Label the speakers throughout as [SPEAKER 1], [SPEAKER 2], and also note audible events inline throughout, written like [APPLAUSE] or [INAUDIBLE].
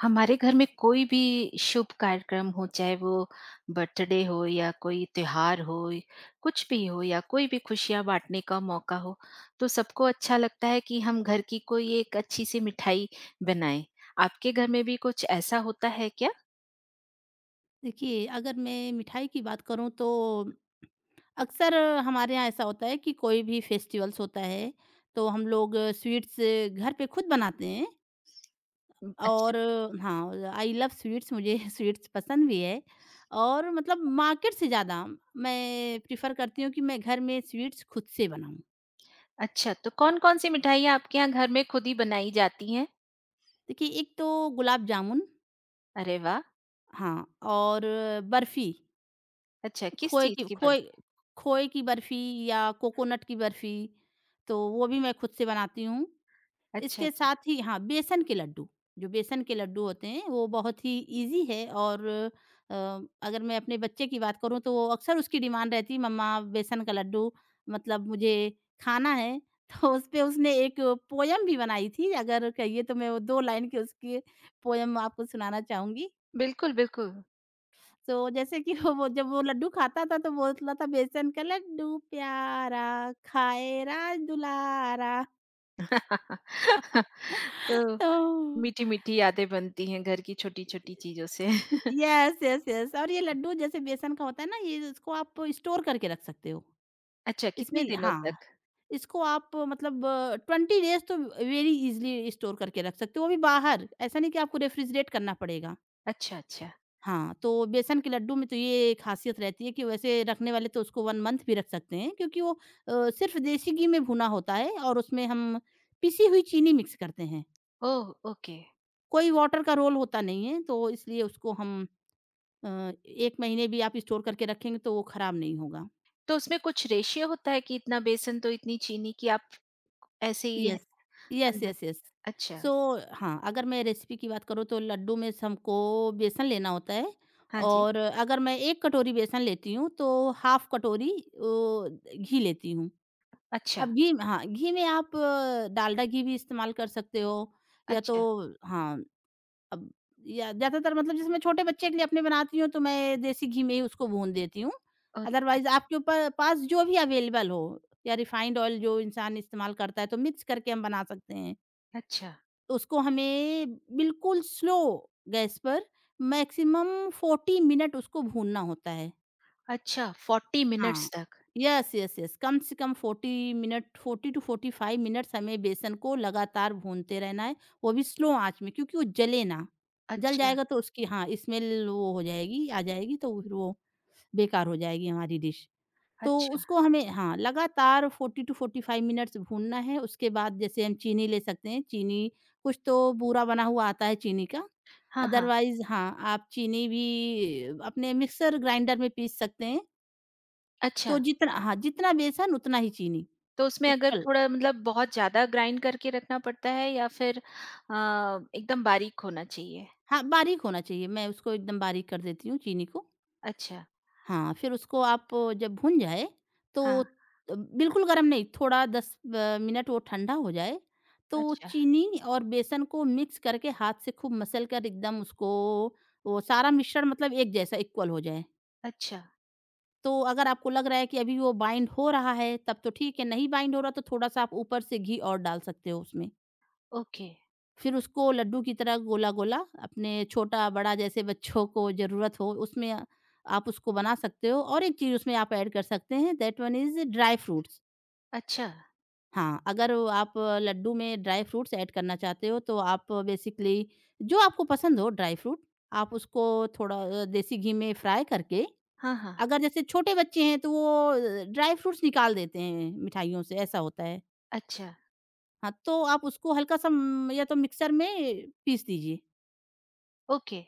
[SPEAKER 1] हमारे घर में कोई भी शुभ कार्यक्रम हो, चाहे वो बर्थडे हो या कोई त्योहार हो, कुछ भी हो या कोई भी खुशियाँ बाँटने का मौका हो, तो सबको अच्छा लगता है कि हम घर की कोई एक अच्छी-सी मिठाई बनाएँ। आपके घर में भी कुछ ऐसा होता है क्या?
[SPEAKER 2] देखिए, अगर मैं मिठाई की बात करूँ तो अक्सर हमारे यहाँ ऐसा होता है कि कोई भी फेस्टिवल्स होता है, तो हम लोग स्वीट्स घर पे खुद बनाते हैं।
[SPEAKER 1] अच्छा
[SPEAKER 2] और हाँ, आई लव स्वीट्स, मुझे [LAUGHS] स्वीट्स पसंद भी है। और मतलब मार्केट से ज़्यादा मैं प्रेफ़र करती हूँ कि मैं घर में स्वीट्स खुद से बनाऊँ।
[SPEAKER 1] अच्छा, तो कौन-कौन सी मिठाइयाँ आपके यहाँ घर में खुद ही बनाई जाती हैं?
[SPEAKER 2] देखिए, एक तो गुलाब जामुन।
[SPEAKER 1] अरे वाह!
[SPEAKER 2] हाँ, और बर्फ़ी,
[SPEAKER 1] अच्छा, किस
[SPEAKER 2] खोए की
[SPEAKER 1] चीज़ की
[SPEAKER 2] खोए
[SPEAKER 1] बर्फ़ी?
[SPEAKER 2] खोए की बर्फ़ी, या कोकोनट की बर्फ़ी, तो वो भी मैं खुद से बनाती हूँ।
[SPEAKER 1] अच्छा,
[SPEAKER 2] इसके
[SPEAKER 1] अच्छा।
[SPEAKER 2] साथ ही हाँ, बेसन के लड्डू, जो बेसन के लड्डू होते हैं वो बहुत ही ईज़ी है। अगर मैं अपने बच्चे की बात करूँ तो वो अक्सर उसकी डिमांड रहती है, मम्मा बेसन का लड्डू मतलब मुझे खाना है। [LAUGHS] तो उसपे उसने एक पोएम भी बनाई थी। अगर कहिए तो मैं वो 2 लाइन की उसकी पोएम आपको सुनाना चाहूँगी।
[SPEAKER 1] बिल्कुल, बिल्कुल।
[SPEAKER 2] तो जैसे कि [LAUGHS] वो जब वो लड्डू खाता था तो बोलता था, बेसन का लड्डू प्यारा, खाए राज दुलारा।
[SPEAKER 1] [LAUGHS]
[SPEAKER 2] [LAUGHS]
[SPEAKER 1] तो
[SPEAKER 2] तो
[SPEAKER 1] मीठी-मीठी यादें बनती हैं घर की छोटी-छोटी चीज़ों से। [LAUGHS]
[SPEAKER 2] Yes, yes, yes. और ये लड्डू जैसे बेसन का होता है ना, ये इसको आप स्टोर करके रख सकते हो।
[SPEAKER 1] अच्छा कितने
[SPEAKER 2] इसमें
[SPEAKER 1] दिनों
[SPEAKER 2] हाँ,
[SPEAKER 1] तक?
[SPEAKER 2] इसको आप मतलब 20 डेज़ तो वेरी ईज़िली स्टोर करके रख सकते हो, वो भी बाहर, ऐसा नहीं कि आपको रेफ्रिजरेट करना पड़ेगा।
[SPEAKER 1] अच्छा, अच्छा।
[SPEAKER 2] हाँ, तो बेसन के लड्डू में तो ये एक ख़ासियत रहती है कि वैसे रखने वाले तो उसको 1 मंथ भी रख सकते हैं, क्योंकि वो सिर्फ़ देसी घी में भुना होता है और उसमें हम पिसी हुई चीनी मिक्स करते हैं।
[SPEAKER 1] ओह! ओके।
[SPEAKER 2] कोई वाटर का रोल होता नहीं है, तो इसलिए उसको हम 1 महीने भी आप स्टोर करके रखेंगे तो वो खराब नहीं होगा।
[SPEAKER 1] तो उसमें कुछ रेशियो होता है कि इतना बेसन तो इतनी चीनी कि आप ऐसे ही
[SPEAKER 2] यस। यस,
[SPEAKER 1] अंदर
[SPEAKER 2] यस, यस।
[SPEAKER 1] अच्छा।
[SPEAKER 2] सो हाँ, अगर मैं रेसिपी की बात करूँ तो लड्डू में स हमको बेसन लेना होता है।
[SPEAKER 1] हाँ जी।
[SPEAKER 2] और अगर मैं 1 कटोरी बेसन लेती हूँ तो हाफ़ कटोरी ओ, घी लेती हूँ।
[SPEAKER 1] अच्छा,
[SPEAKER 2] अब घी हाँ, घी में आप डालडा घी भी इस्तेमाल कर सकते हो, या तो
[SPEAKER 1] अच्छा।
[SPEAKER 2] हाँ। अब या ज़्यादातर मतलब जैसे मैं छोटे बच्चे के लिए अपने बनाती हूँ तो मैं देसी घी में ही उसको भून देती हूँ।
[SPEAKER 1] ओह!
[SPEAKER 2] अदरवाइज़
[SPEAKER 1] अच्छा,
[SPEAKER 2] आपके ऊपर पास जो भी अवेलेबल हो या रिफाइंड ऑयल जो इंसान इस्तेमाल करता है, तो मिक्स करके हम बना सकते हैं।
[SPEAKER 1] अच्छा,
[SPEAKER 2] तो उसको हमें बिल्कुल स्लो गैस पर मैक्सिमम 40 मिनट उसको भूनना होता है।
[SPEAKER 1] अच्छा 40
[SPEAKER 2] हाँ,
[SPEAKER 1] मिनट्स तक।
[SPEAKER 2] यस, यस, यस, कम से कम 40 मिनट, 40 टू 45 मिनट्स हमें बेसन को लगातार भूनते रहना है, वो भी स्लो आँच में क्योंकि वो जले ना। जल
[SPEAKER 1] अच्छा,
[SPEAKER 2] जाएगा तो उसकी हाँ, स्मेल वो हो जाएगी, आ जाएगी, तो फिर वो बेकार हो जाएगी हमारी डिश। तो
[SPEAKER 1] अच्छा।
[SPEAKER 2] उसको हमें हाँ, लगातार 40 टू 45 मिनट्स भूनना है। उसके बाद जैसे हम चीनी ले सकते हैं, चीनी कुछ तो बूरा बना हुआ आता है चीनी का,
[SPEAKER 1] हाँ, हाँ।
[SPEAKER 2] अदरवाइज़ हाँ, आप चीनी भी अपने मिक्सर ग्राइंडर में पीस सकते हैं।
[SPEAKER 1] अच्छा,
[SPEAKER 2] तो जितना हाँ, जितना बेसन उतना ही चीनी,
[SPEAKER 1] तो उसमें अगर
[SPEAKER 2] इक्वल।
[SPEAKER 1] थोड़ा मतलब बहुत ज़्यादा ग्राइंड करके रखना पड़ता है या फिर एकदम बारीक होना चाहिए?
[SPEAKER 2] हाँ, बारीक होना चाहिए, मैं उसको एकदम बारीक कर देती हूँ चीनी को।
[SPEAKER 1] अच्छा।
[SPEAKER 2] हाँ, फिर उसको आप जब भुन जाए तो
[SPEAKER 1] हाँ,
[SPEAKER 2] अ, बिल्कुल गरम नहीं, थोड़ा 10 ब मिनट वो ठंडा हो जाए, तो
[SPEAKER 1] अच्छा।
[SPEAKER 2] चीनी और बेसन को मिक्स करके हाथ से खूब मसल कर एकदम उसको, वो सारा मिश्रण मतलब एक जैसा इक्वल हो जाए।
[SPEAKER 1] अच्छा,
[SPEAKER 2] तो अगर आपको लग रहा है कि अभी वो बाइंड हो रहा है, तब तो ठीक है, नहीं बाइंड हो रहा तो थोड़ा-सा आप ऊपर से घी और डाल सकते हो उसमें।
[SPEAKER 1] ओके,
[SPEAKER 2] फिर उसको लड्डू की तरह गोला-गोला अपने छोटा-बड़ा जैसे बच्चों को ज़रूरत हो उसमें आप उसको बना सकते हो। और एक चीज़ उसमें आप ऐड कर सकते हैं, that one is dry fruits.
[SPEAKER 1] अच्छा,
[SPEAKER 2] हाँ, अगर वो आप लड्डू में ड्राई फ्रूट्स ऐड करना चाहते हो तो आप बेसिकली जो आपको पसंद हो ड्राई फ्रूट आप उसको थोड़ा देसी घी में फ्राई करके,
[SPEAKER 1] हाँ, हाँ,
[SPEAKER 2] अगर जैसे छोटे बच्चे हैं तो वो ड्राई फ्रूट्स निकाल देते हैं मिठाइयों से, ऐसा होता है।
[SPEAKER 1] अच्छा,
[SPEAKER 2] हाँ, तो आप उसको हल्का-सा या तो मिक्सर में पीस दीजिए।
[SPEAKER 1] ओके,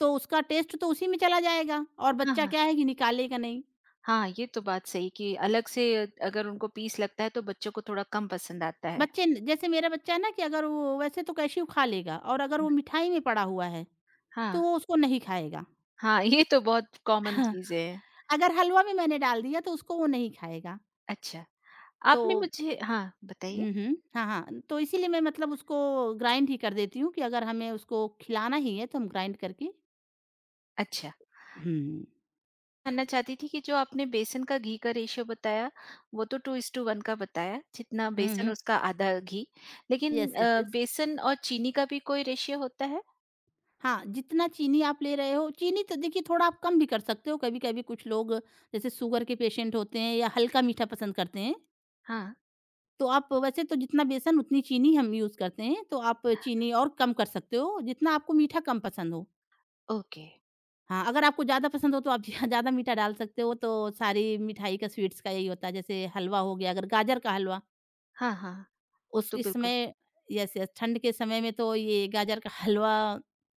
[SPEAKER 2] तो उसका टेस्ट तो उसी में चला जाएगा और
[SPEAKER 1] हाँ,
[SPEAKER 2] बच्चा
[SPEAKER 1] हाँ।
[SPEAKER 2] क्या है कि निकालेगा नहीं।
[SPEAKER 1] हाँ, ये तो बात सही कि अलग से अगर उनको पीस लगता है तो बच्चों को थोड़ा कम पसंद आता है।
[SPEAKER 2] बच्चे न जैसे मेरा बच्चा है ना कि अगर वो वैसे तो कैश्यू खा लेगा, और अगर वो मिठाई में पड़ा हुआ है, तो
[SPEAKER 1] हाँ,
[SPEAKER 2] वो उसको नहीं खाएगा।
[SPEAKER 1] हाँ, [LAUGHS] ये तो बहुत
[SPEAKER 2] [LAUGHS]
[SPEAKER 1] कॉमन
[SPEAKER 2] हाँ।
[SPEAKER 1] चीज़ है।
[SPEAKER 2] अगर हलवा में मैंने डाल दिया तो उसको वो नहीं खाएगा।
[SPEAKER 1] अच्छा,
[SPEAKER 2] तो
[SPEAKER 1] आपने मुझे हाँ, बताइए?
[SPEAKER 2] हुँ, हुँ। हाँ, हाँ। तो इसीलिए मैं मतलब उसको ग्राइंड ही कर देती हूँ कि अगर हमें उसको खिलाना ही है तो हम ग्राइंड करके
[SPEAKER 1] अच्छा,
[SPEAKER 2] हुँ।
[SPEAKER 1] जानना चाहती थी कि जो आपने बेसन का घी का रेशियो बताया, वो तो 2:1 का बताया, जितना
[SPEAKER 2] हुँ,
[SPEAKER 1] बेसन
[SPEAKER 2] हुँ।
[SPEAKER 1] उसका आधा घी। लेकिन
[SPEAKER 2] येस, येस, येस।
[SPEAKER 1] बेसन और चीनी का भी कोई रेशियो होता है?
[SPEAKER 2] हाँ, जितना चीनी आप ले रहे हो, चीनी तो देखिए थोड़ा आप कम भी कर सकते हो, कभी-कभी कुछ लोग जैसे शुगर के पेशेंट होते हैं या हल्का मीठा पसंद करते हैं,
[SPEAKER 1] हाँ,
[SPEAKER 2] तो आप वैसे तो जितना बेसन उतनी चीनी हम यूज़ करते हैं, तो आप चीनी और कम कर सकते हो, जितना आपको मीठा कम पसंद हो।
[SPEAKER 1] ओके,
[SPEAKER 2] हाँ, अगर आपको ज़्यादा पसंद हो तो आप [LAUGHS] ज़्यादा मीठा डाल सकते हो। तो सारी मिठाई का, स्वीट्स का यही होता है, जैसे हलवा हो गया, अगर गाजर का हलवा
[SPEAKER 1] हाँ, हाँ, वो
[SPEAKER 2] उस
[SPEAKER 1] तो
[SPEAKER 2] इस
[SPEAKER 1] बिल्कुल
[SPEAKER 2] समय, यस, यस, ठंड के समय में तो ये गाजर का हलवा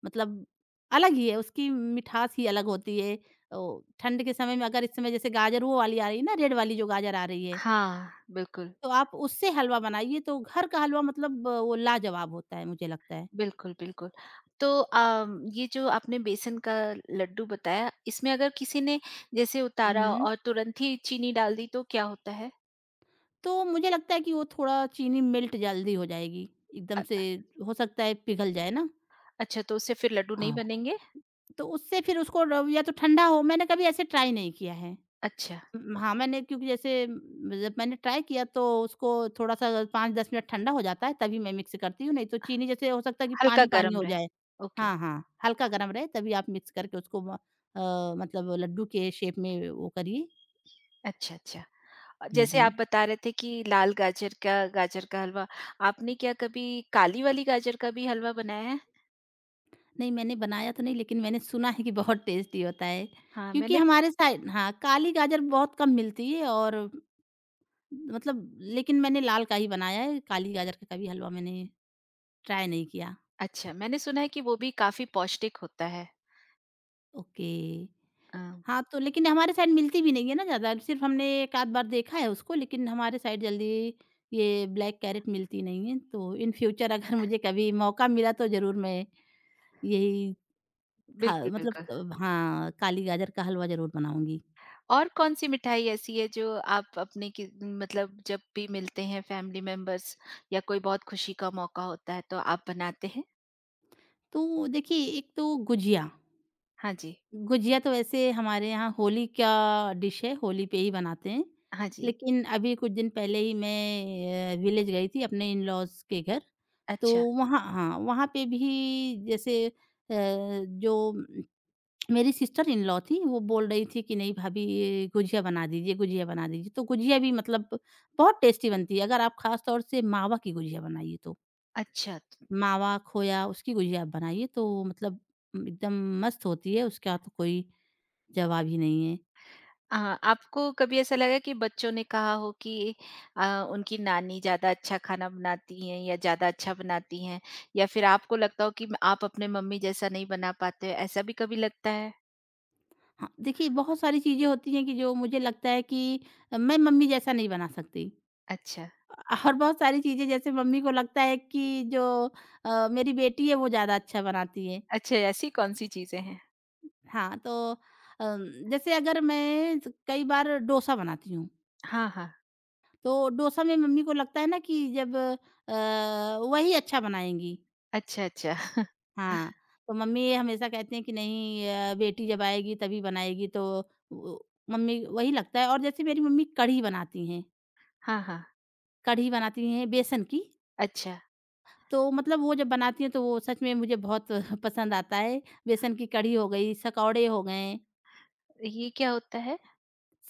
[SPEAKER 2] मतलब अलग ही है, उसकी मिठास ही अलग होती है। ठंड के समय में अगर इस समय जैसे गाजर वो वाली आ रही है ना, रेड वाली जो गाजर आ रही है,
[SPEAKER 1] हाँ, बिल्कुल,
[SPEAKER 2] तो आप उससे हलवा बनाइए, तो घर का हलवा मतलब वो लाजवाब होता है, मुझे लगता है।
[SPEAKER 1] बिल्कुल, बिल्कुल। तो अम, ये जो आपने बेसन का लड्डू बताया, इसमें अगर किसी ने जैसे उतारा
[SPEAKER 2] हुँ।
[SPEAKER 1] और तुरंत ही चीनी डाल दी तो क्या होता है?
[SPEAKER 2] तो मुझे लगता है कि वो थोड़ा चीनी मेल्ट जल्दी हो जाएगी, एकदम
[SPEAKER 1] अ,
[SPEAKER 2] से हो सकता है पिघल जाए ना।
[SPEAKER 1] अच्छा तो उससे फिर लड्डू नहीं
[SPEAKER 2] हाँ।
[SPEAKER 1] बनेंगे?
[SPEAKER 2] तो उससे फिर उसको र या तो ठंडा हो, मैंने कभी ऐसे ट्राई नहीं किया है।
[SPEAKER 1] अच्छा,
[SPEAKER 2] हाँ, मैंने क्योंकि जैसे जब मैंने ट्राई किया तो उसको थोड़ा-सा 5-10 मिनट ठंडा हो जाता है, तभी मैं मिक्स करती हूँ, नहीं तो चीनी जैसे हो सकता है कि
[SPEAKER 1] हल्का
[SPEAKER 2] पानी-पानी
[SPEAKER 1] गरम
[SPEAKER 2] हो
[SPEAKER 1] रहे।
[SPEAKER 2] जाए।
[SPEAKER 1] ओके,
[SPEAKER 2] हाँ, हाँ, हल्का गरम रहे तभी आप मिक्स करके उसको मतलब लड्डू के शेप में वो करिए।
[SPEAKER 1] अच्छा, अच्छा।
[SPEAKER 2] हुँ,
[SPEAKER 1] जैसे
[SPEAKER 2] हुँ।
[SPEAKER 1] आप बता रहे थे कि लाल गाजर का हलवा, आपने क्या कभी काली वाली गाजर का भी हलवा बनाया है?
[SPEAKER 2] नहीं मैंने बनाया तो नहीं, लेकिन मैंने सुना है कि बहुत टेस्टी होता है,
[SPEAKER 1] हाँ,
[SPEAKER 2] क्योंकि
[SPEAKER 1] मैंने
[SPEAKER 2] हमारे साइड हाँ, काली गाजर बहुत कम मिलती है, और मतलब लेकिन मैंने लाल का ही बनाया है, काली गाजर का कभी हलवा मैंने ट्राई नहीं किया।
[SPEAKER 1] अच्छा, मैंने सुना है कि वो भी काफ़ी पौष्टिक होता है।
[SPEAKER 2] ओके।
[SPEAKER 1] अ,
[SPEAKER 2] हाँ, तो लेकिन हमारे साइड मिलती भी नहीं है ना ज़्यादा, सिर्फ़ हमने 1 आध बार देखा है उसको, लेकिन हमारे साइड जल्दी ये ब्लैक कैरेट मिलती नहीं है। तो इन फ्यूचर अगर मुझे कभी मौका मिला तो ज़रूर मैं यही खा
[SPEAKER 1] बिल्कुल,
[SPEAKER 2] मतलब
[SPEAKER 1] बिल्कुल।
[SPEAKER 2] अ, हाँ, काली गाजर का हलवा ज़रूर बनाऊँगी।
[SPEAKER 1] और कौन-सी मिठाई ऐसी है जो आप अपने कि मतलब जब भी मिलते हैं फैमिली मेंबर्स या कोई बहुत खुशी का मौका होता है तो आप बनाते हैं?
[SPEAKER 2] तो देखिए, एक तो गुझिया,
[SPEAKER 1] हाँ जी,
[SPEAKER 2] गुजिया तो वैसे हमारे यहाँ होली का डिश है, होली पे ही बनाते हैं।
[SPEAKER 1] हाँ जी।
[SPEAKER 2] लेकिन अभी कुछ दिन पहले ही मैं विलेज गई थी अपने इन-लॉज़ के घर, तो
[SPEAKER 1] अच्छा,
[SPEAKER 2] वहाँ हाँ, वहाँ पे भी जैसे जो मेरी सिस्टर इन-लॉ थी, वो बोल रही थी कि नहीं भाभी ये गुजिया बना दीजिए, गुजिया बना दीजिए। तो गुजिया भी मतलब बहुत टेस्टी बनती है, अगर आप ख़ास तौर से मावा की गुजिया बनाइए तो।
[SPEAKER 1] अच्छा। तो,
[SPEAKER 2] मावा, खोया, उसकी गुजिया आप बनाइए तो मतलब एकदम मस्त होती है, उसका तो कोई जवाब ही नहीं है।
[SPEAKER 1] हाँ, आपको कभी ऐसा लगा कि बच्चों ने कहा हो कि उनकी नानी ज़्यादा अच्छा खाना बनाती हैं या ज़्यादा अच्छा बनाती हैं या फिर आपको लगता हो कि आप अपने मम्मी जैसा नहीं बना पाते हो, ऐसा भी कभी लगता है?
[SPEAKER 2] हाँ, देखिए बहुत सारी चीज़ें होती हैं कि जो मुझे लगता है कि मैं मम्मी जैसा नहीं बना सकती।
[SPEAKER 1] अच्छा,
[SPEAKER 2] और बहुत सारी चीज़ें जैसे मम्मी को लगता है कि जो मेरी बेटी है वो ज़्यादा अच्छा बनाती है।
[SPEAKER 1] अच्छा ऐसी कौन-सी चीज़ें हैं?
[SPEAKER 2] हाँ, तो अम, जैसे अगर मैं स कई बार डोसा बनाती हूँ,
[SPEAKER 1] हाँ, हाँ।
[SPEAKER 2] तो डोसा में मम्मी को लगता है ना कि जब वही अच्छा बनाएँगी।
[SPEAKER 1] अच्छा, अच्छा। [LAUGHS]
[SPEAKER 2] हाँ, तो मम्मी हमेशा कहती हैं कि नहीं बेटी जब आएगी तभी बनाएगी, तो वो मम्मी वही लगता है। और जैसे मेरी मम्मी
[SPEAKER 1] हाँ, हाँ।
[SPEAKER 2] कढ़ी बनाती हैं बेसन की,
[SPEAKER 1] अच्छा।
[SPEAKER 2] तो मतलब वो जब बनाती हैं तो वो सच में मुझे बहुत [LAUGHS] पसंद आता है। बेसन की कढ़ी हो गई, सकौड़े हो गए,
[SPEAKER 1] ये क्या होता है?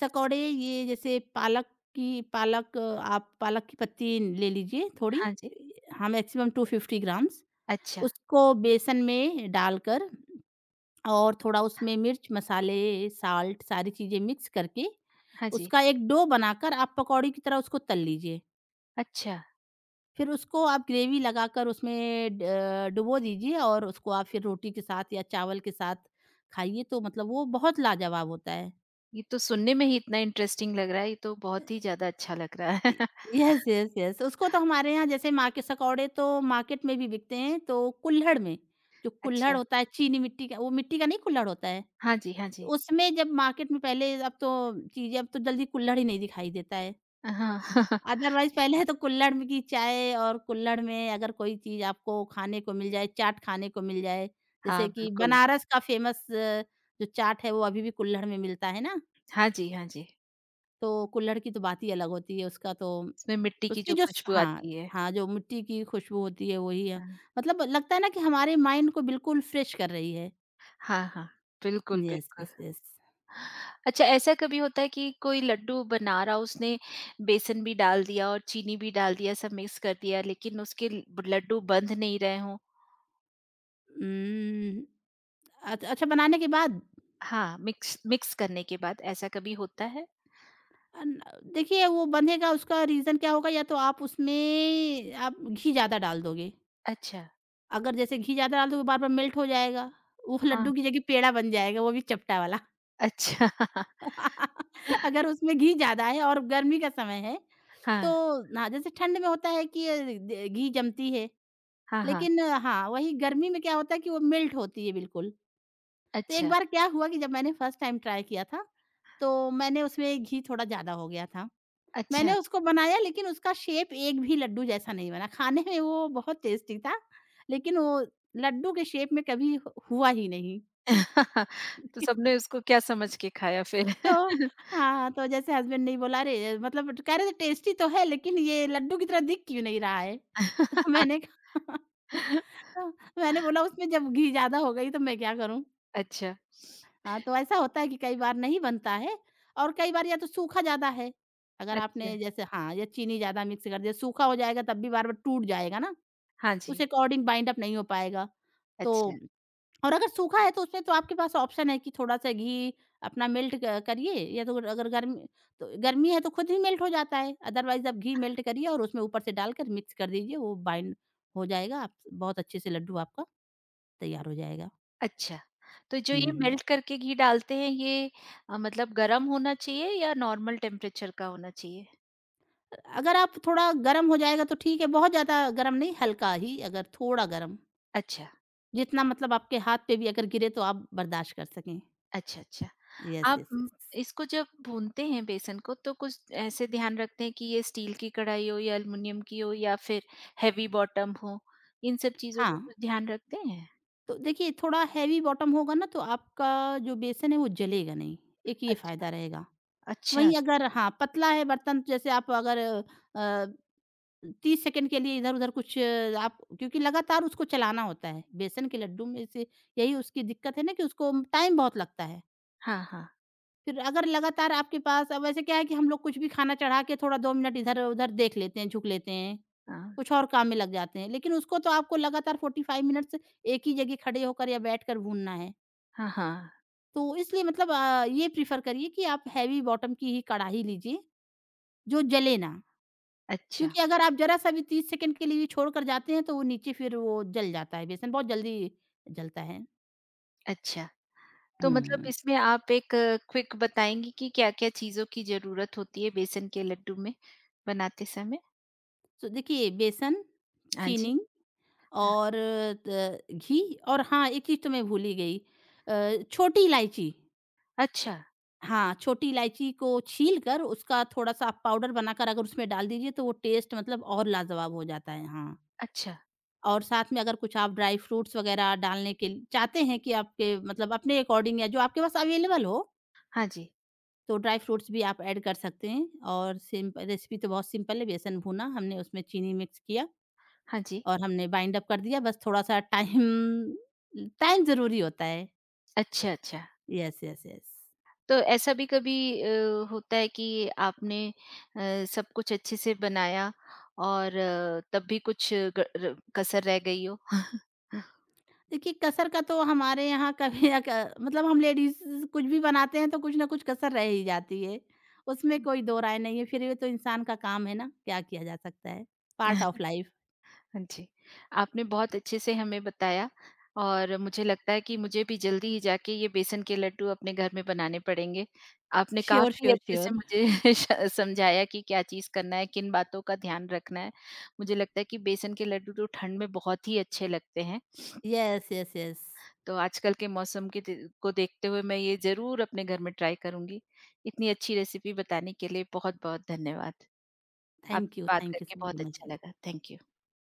[SPEAKER 2] सकौड़े ये जैसे पालक, आप पालक की पत्ती ले लीजिए थोड़ी,
[SPEAKER 1] हाँ जी।
[SPEAKER 2] हाँ मैक्सिमम 250 ग्राम्स,
[SPEAKER 1] अच्छा,
[SPEAKER 2] उसको बेसन में डालकर और थोड़ा उसमें मिर्च, मसाले, साल्ट सारी चीज़ें मिक्स करके,
[SPEAKER 1] हाँ जी।
[SPEAKER 2] उसका एक डो बनाकर आप पकौड़ी की तरह उसको तल लीजिए।
[SPEAKER 1] अच्छा,
[SPEAKER 2] फिर उसको आप ग्रेवी लगाकर उसमें डुबो दीजिए, और उसको आप फिर रोटी के साथ या चावल के साथ खाइए, तो मतलब वो बहुत लाजवाब होता है।
[SPEAKER 1] ये तो सुनने में ही इतना इंटरेस्टिंग लग रहा है, ये तो बहुत ही ज़्यादा अच्छा लग रहा
[SPEAKER 2] इ
[SPEAKER 1] है। [LAUGHS]
[SPEAKER 2] Yes, yes, yes. उसको तो हमारे यहाँ जैसे माँ के सकौड़े तो मार्केट में भी बिकते हैं, तो कुल्हड़ में, जो कुल्हड़
[SPEAKER 1] अच्छा,
[SPEAKER 2] होता है चीनी मिट्टी का, वो मिट्टी का नहीं कुल्हड़ होता है?
[SPEAKER 1] हाँ जी, हाँ जी।
[SPEAKER 2] उसमें जब मार्केट में पहले, अब तो चीज़ें अब तो जल्दी कुल्हड़ ही नहीं दिखाई देता है।
[SPEAKER 1] हाँ। [LAUGHS]
[SPEAKER 2] अदरवाइज़ पहले तो कुल्हड़ में की चाय और कुल्हड़ में अगर कोई चीज़ आपको खाने को मिल जाए, चाट खाने को मिल जाए, जैसे
[SPEAKER 1] हाँ,
[SPEAKER 2] कि
[SPEAKER 1] बिल्कुल।
[SPEAKER 2] बनारस का फ़ेमस जो चाट है वो अभी भी कुल्हड़ में मिलता है ना,
[SPEAKER 1] हाँ जी, हाँ जी।
[SPEAKER 2] तो कुल्हड़ की तो बात ही अलग होती है। उसका तो
[SPEAKER 1] इसमें मिट्टी की
[SPEAKER 2] उसकी
[SPEAKER 1] जो
[SPEAKER 2] जो स
[SPEAKER 1] खुशबू
[SPEAKER 2] हाँ,
[SPEAKER 1] आती है।
[SPEAKER 2] हाँ, जो मिट्टी की खुशबू होती है वही है।
[SPEAKER 1] हाँ,
[SPEAKER 2] मतलब लगता है ना कि हमारे माइंड को बिल्कुल फ्रेश कर रही है।
[SPEAKER 1] हाँ, हाँ। बिल्कुल,
[SPEAKER 2] यस,
[SPEAKER 1] बिल्कुल।
[SPEAKER 2] Yes, yes.
[SPEAKER 1] अच्छा ऐसा कभी होता है कि कोई लड्डू बना रहा, उसने बेसन भी डाल दिया और चीनी भी डाल दिया, सब मिक्स कर दिया, लेकिन उसके ल लड्डू बंध नहीं रहे हों?
[SPEAKER 2] उम, अच अच्छा बनाने के बाद?
[SPEAKER 1] हाँ, मिक्स मिक्स करने के बाद ऐसा कभी होता है?
[SPEAKER 2] अन देखिए वो बंधेगा उसका रीज़न क्या होगा, या तो आप उसमें आप घी ज़्यादा डाल दोगे।
[SPEAKER 1] अच्छा,
[SPEAKER 2] अगर जैसे घी ज़्यादा डाल दोगे बार-बार मेल्ट हो जाएगा। वो
[SPEAKER 1] हाँ,
[SPEAKER 2] लड्डू की जगह पेड़ा बन जाएगा, वो भी चपटा वाला।
[SPEAKER 1] अच्छा
[SPEAKER 2] [LAUGHS]
[SPEAKER 1] [LAUGHS]
[SPEAKER 2] अगर उसमें घी ज़्यादा है और गर्मी का समय है, तो
[SPEAKER 1] हाँ,
[SPEAKER 2] हाँ, जैसे ठंड में होता है कि द घी जमती है।
[SPEAKER 1] हाँ, हाँ,
[SPEAKER 2] लेकिन हाँ, वही गर्मी में क्या होता है कि वो मेल्ट होती है बिल्कुल। तो एक
[SPEAKER 1] अच्छा,
[SPEAKER 2] बार क्या हुआ कि जब मैंने फर्स्ट टाइम ट्राई किया था, तो मैंने उसमें घी थोड़ा ज़्यादा हो गया था। मैंने
[SPEAKER 1] अच्छा।
[SPEAKER 2] उसको बनाया लेकिन उसका शेप एक भी लड्डू जैसा नहीं बना। खाने में वो बहुत टेस्टी था, लेकिन वो लड्डू के शेप में कभी ह हुआ ही नहीं।
[SPEAKER 1] [LAUGHS] तो
[SPEAKER 2] [LAUGHS]
[SPEAKER 1] सबने उसको क्या समझ के खाया फिर?
[SPEAKER 2] तो हाँ, तो जैसे हस्बैंड ने ही बोला अरे! मतलब कह रहे थे टेस्टी तो है लेकिन ये लड्डू की तरह दिख क्यों नहीं रहा है? [LAUGHS] तो मैंने
[SPEAKER 1] [LAUGHS]
[SPEAKER 2] कहा [LAUGHS] तो मैंने बोला उसमें जब घी ज़्यादा हो गई तो मैं क्या करूँ?
[SPEAKER 1] अच्छा,
[SPEAKER 2] हाँ, तो ऐसा होता है कि कई बार नहीं बनता है और कई बार या तो सूखा ज़्यादा है, अगर
[SPEAKER 1] अच्छा,
[SPEAKER 2] आपने जैसे हाँ, या चीनी ज़्यादा मिक्स कर दिया, सूखा हो जाएगा तब भी बार-बार टूट जाएगा ना,
[SPEAKER 1] हाँ
[SPEAKER 2] उस
[SPEAKER 1] जी,
[SPEAKER 2] अकॉर्डिंग बाइंड अप नहीं हो पाएगा।
[SPEAKER 1] अच्छा,
[SPEAKER 2] तो और अगर सूखा है तो उसमें तो आपके पास ऑप्शन है कि थोड़ा-सा घी अपना मेल्ट क करिए, या तो अगर गर्मी, तो गर्मी है तो खुद ही मेल्ट हो जाता है, अदरवाइज़ आप घी मेल्ट करिए और उसमें ऊपर से डालकर मिक्स कर दीजिए, वो बाइंड हो जाएगा, आप बहुत अच्छे से लड्डू आपका तैयार हो जाएगा।
[SPEAKER 1] अच्छा। तो जो ये
[SPEAKER 2] हुँ।
[SPEAKER 1] मेल्ट करके घी डालते हैं ये मतलब गरम होना चाहिए या नॉर्मल टेम्परेचर का होना चाहिए?
[SPEAKER 2] अगर आप थोड़ा गर्म हो जाएगा तो ठीक है, बहुत ज़्यादा गर्म नहीं, हल्का ही अगर थोड़ा गर्म,
[SPEAKER 1] अच्छा,
[SPEAKER 2] जितना मतलब आपके हाथ पे भी अगर गिरे तो आप बर्दाश्त कर सकें।
[SPEAKER 1] अच्छा, अच्छा।
[SPEAKER 2] यस,
[SPEAKER 1] आप
[SPEAKER 2] यस, यस।
[SPEAKER 1] इसको जब भूनते हैं बेसन को तो कुछ ऐसे ध्यान रखते हैं कि ये स्टील की कढ़ाई हो या एल्युमिनियम की हो या फिर हेवी बॉटम हो, इन सब चीज़ों
[SPEAKER 2] हाँ,
[SPEAKER 1] का कुछ ध्यान रखते हैं?
[SPEAKER 2] तो देखिए थोड़ा हेवी बॉटम होगा ना तो आपका जो बेसन है वो जलेगा नहीं, एक ये
[SPEAKER 1] अच्छा,
[SPEAKER 2] फ़ायदा रहेगा।
[SPEAKER 1] अच्छा।
[SPEAKER 2] वहीं अगर हाँ, पतला है बर्तन, जैसे आप अगर अ, 30 सेकंड के लिए इधर-उधर कुछ, आप क्योंकि लगातार उसको चलाना होता है, बेसन के लड्डू में से यही उसकी दिक्कत है ना कि उसको टाइम बहुत लगता है।
[SPEAKER 1] हाँ, हाँ,
[SPEAKER 2] फिर अगर लगातार आपके पास, अब ऐसे क्या है कि हम लोग कुछ भी खाना चढ़ा के थोड़ा 2 मिनट इधर-उधर देख लेते हैं, झुक लेते हैं,
[SPEAKER 1] हाँ।
[SPEAKER 2] कुछ और काम में लग जाते हैं। लेकिन उसको तो आपको लगातार 45 मिनट्स एक ही जगह खड़े होकर या बैठकर भूनना है।
[SPEAKER 1] हाँ, हाँ।
[SPEAKER 2] तो इसलिए मतलब ये प्रेफ़र करिए कि आप हैवी बॉटम की ही कढ़ाई लीजिए, जो जले ना।
[SPEAKER 1] अच्छा,
[SPEAKER 2] क्योंकि अगर आप ज़रा-सा भी 30 सेकंड के लिए भी छोड़कर जाते हैं तो वो नीचे फिर वो जल जाता है, बेसन बहुत जल्दी जलता है।
[SPEAKER 1] अच्छा। तो मतलब
[SPEAKER 2] हुँ,
[SPEAKER 1] इसमें आप एक क्विक बताएँगी कि क्या-क्या चीज़ों की ज़रूरत होती है बेसन के लड्डू में बनाते समय?
[SPEAKER 2] तो देखिए बेसन,
[SPEAKER 1] हाँ जी।
[SPEAKER 2] चीनी
[SPEAKER 1] हाँ।
[SPEAKER 2] और त घी, और हाँ, एक चीज़ तो मैं भूल ही गई, छोटी इलायची।
[SPEAKER 1] अच्छा,
[SPEAKER 2] हाँ, छोटी इलायची को छीलकर उसका थोड़ा-सा आप पाउडर बनाकर अगर उसमें डाल दीजिए तो वो टेस्ट मतलब और लाजवाब हो जाता है, हाँ।
[SPEAKER 1] अच्छा।
[SPEAKER 2] और साथ में अगर कुछ आप ड्राई फ्रूट्स वगैरह डालने के ल चाहते हैं कि आपके मतलब अपने अकॉर्डिंग या जो आपके पास अवेलेबल हो,
[SPEAKER 1] हाँ जी,
[SPEAKER 2] तो ड्राई फ्रूट्स भी आप ऐड कर सकते हैं और सिम्प रेसिपी तो बहुत सिंपल है, बेसन भूना, हमने उसमें चीनी मिक्स किया
[SPEAKER 1] हाँ जी।
[SPEAKER 2] और हमने बाइंड अप कर दिया, बस थोड़ा-सा टाइम टाइम ज़रूरी होता है।
[SPEAKER 1] अच्छा, अच्छा।
[SPEAKER 2] Yes, yes, yes.
[SPEAKER 1] तो ऐसा भी कभी होता है कि आपने सब कुछ अच्छे से बनाया और तब भी कुछ ग र कसर रह गई हो? [LAUGHS]
[SPEAKER 2] देखिए कसर का तो हमारे यहाँ कभी, अ, क मतलब हम लेडीज़ कुछ भी बनाते हैं तो कुछ न कुछ कसर रह ही जाती है। उसमें कोई दो राय नहीं है, फिर ये तो इंसान का काम है ना, क्या किया जा सकता है? Part of life.
[SPEAKER 1] हाँ जी। आपने बहुत अच्छे से हमें बताया और मुझे लगता है कि मुझे भी जल्दी ही जाके ये बेसन के लड्डू अपने घर में बनाने पड़ेंगे। आपने
[SPEAKER 2] श्योर,
[SPEAKER 1] काफ़ी
[SPEAKER 2] श्योर,
[SPEAKER 1] अच्छे
[SPEAKER 2] श्योर।
[SPEAKER 1] से मुझे [LAUGHS] श समझाया कि क्या चीज़ करना है, किन बातों का ध्यान रखना है। मुझे लगता है कि बेसन के लड्डू तो ठंड में बहुत ही अच्छे लगते हैं।
[SPEAKER 2] Yes, yes, yes.
[SPEAKER 1] तो आजकल के मौसम के दे को देखते हुए मैं ये ज़रूर अपने घर में ट्राई करूँगी। इतनी अच्छी रेसिपी बताने के लिए बहुत-बहुत धन्यवाद। आपसे बात
[SPEAKER 2] थैंक यू
[SPEAKER 1] करके
[SPEAKER 2] सो
[SPEAKER 1] बहुत
[SPEAKER 2] मच।
[SPEAKER 1] अच्छा लगा। Thank you.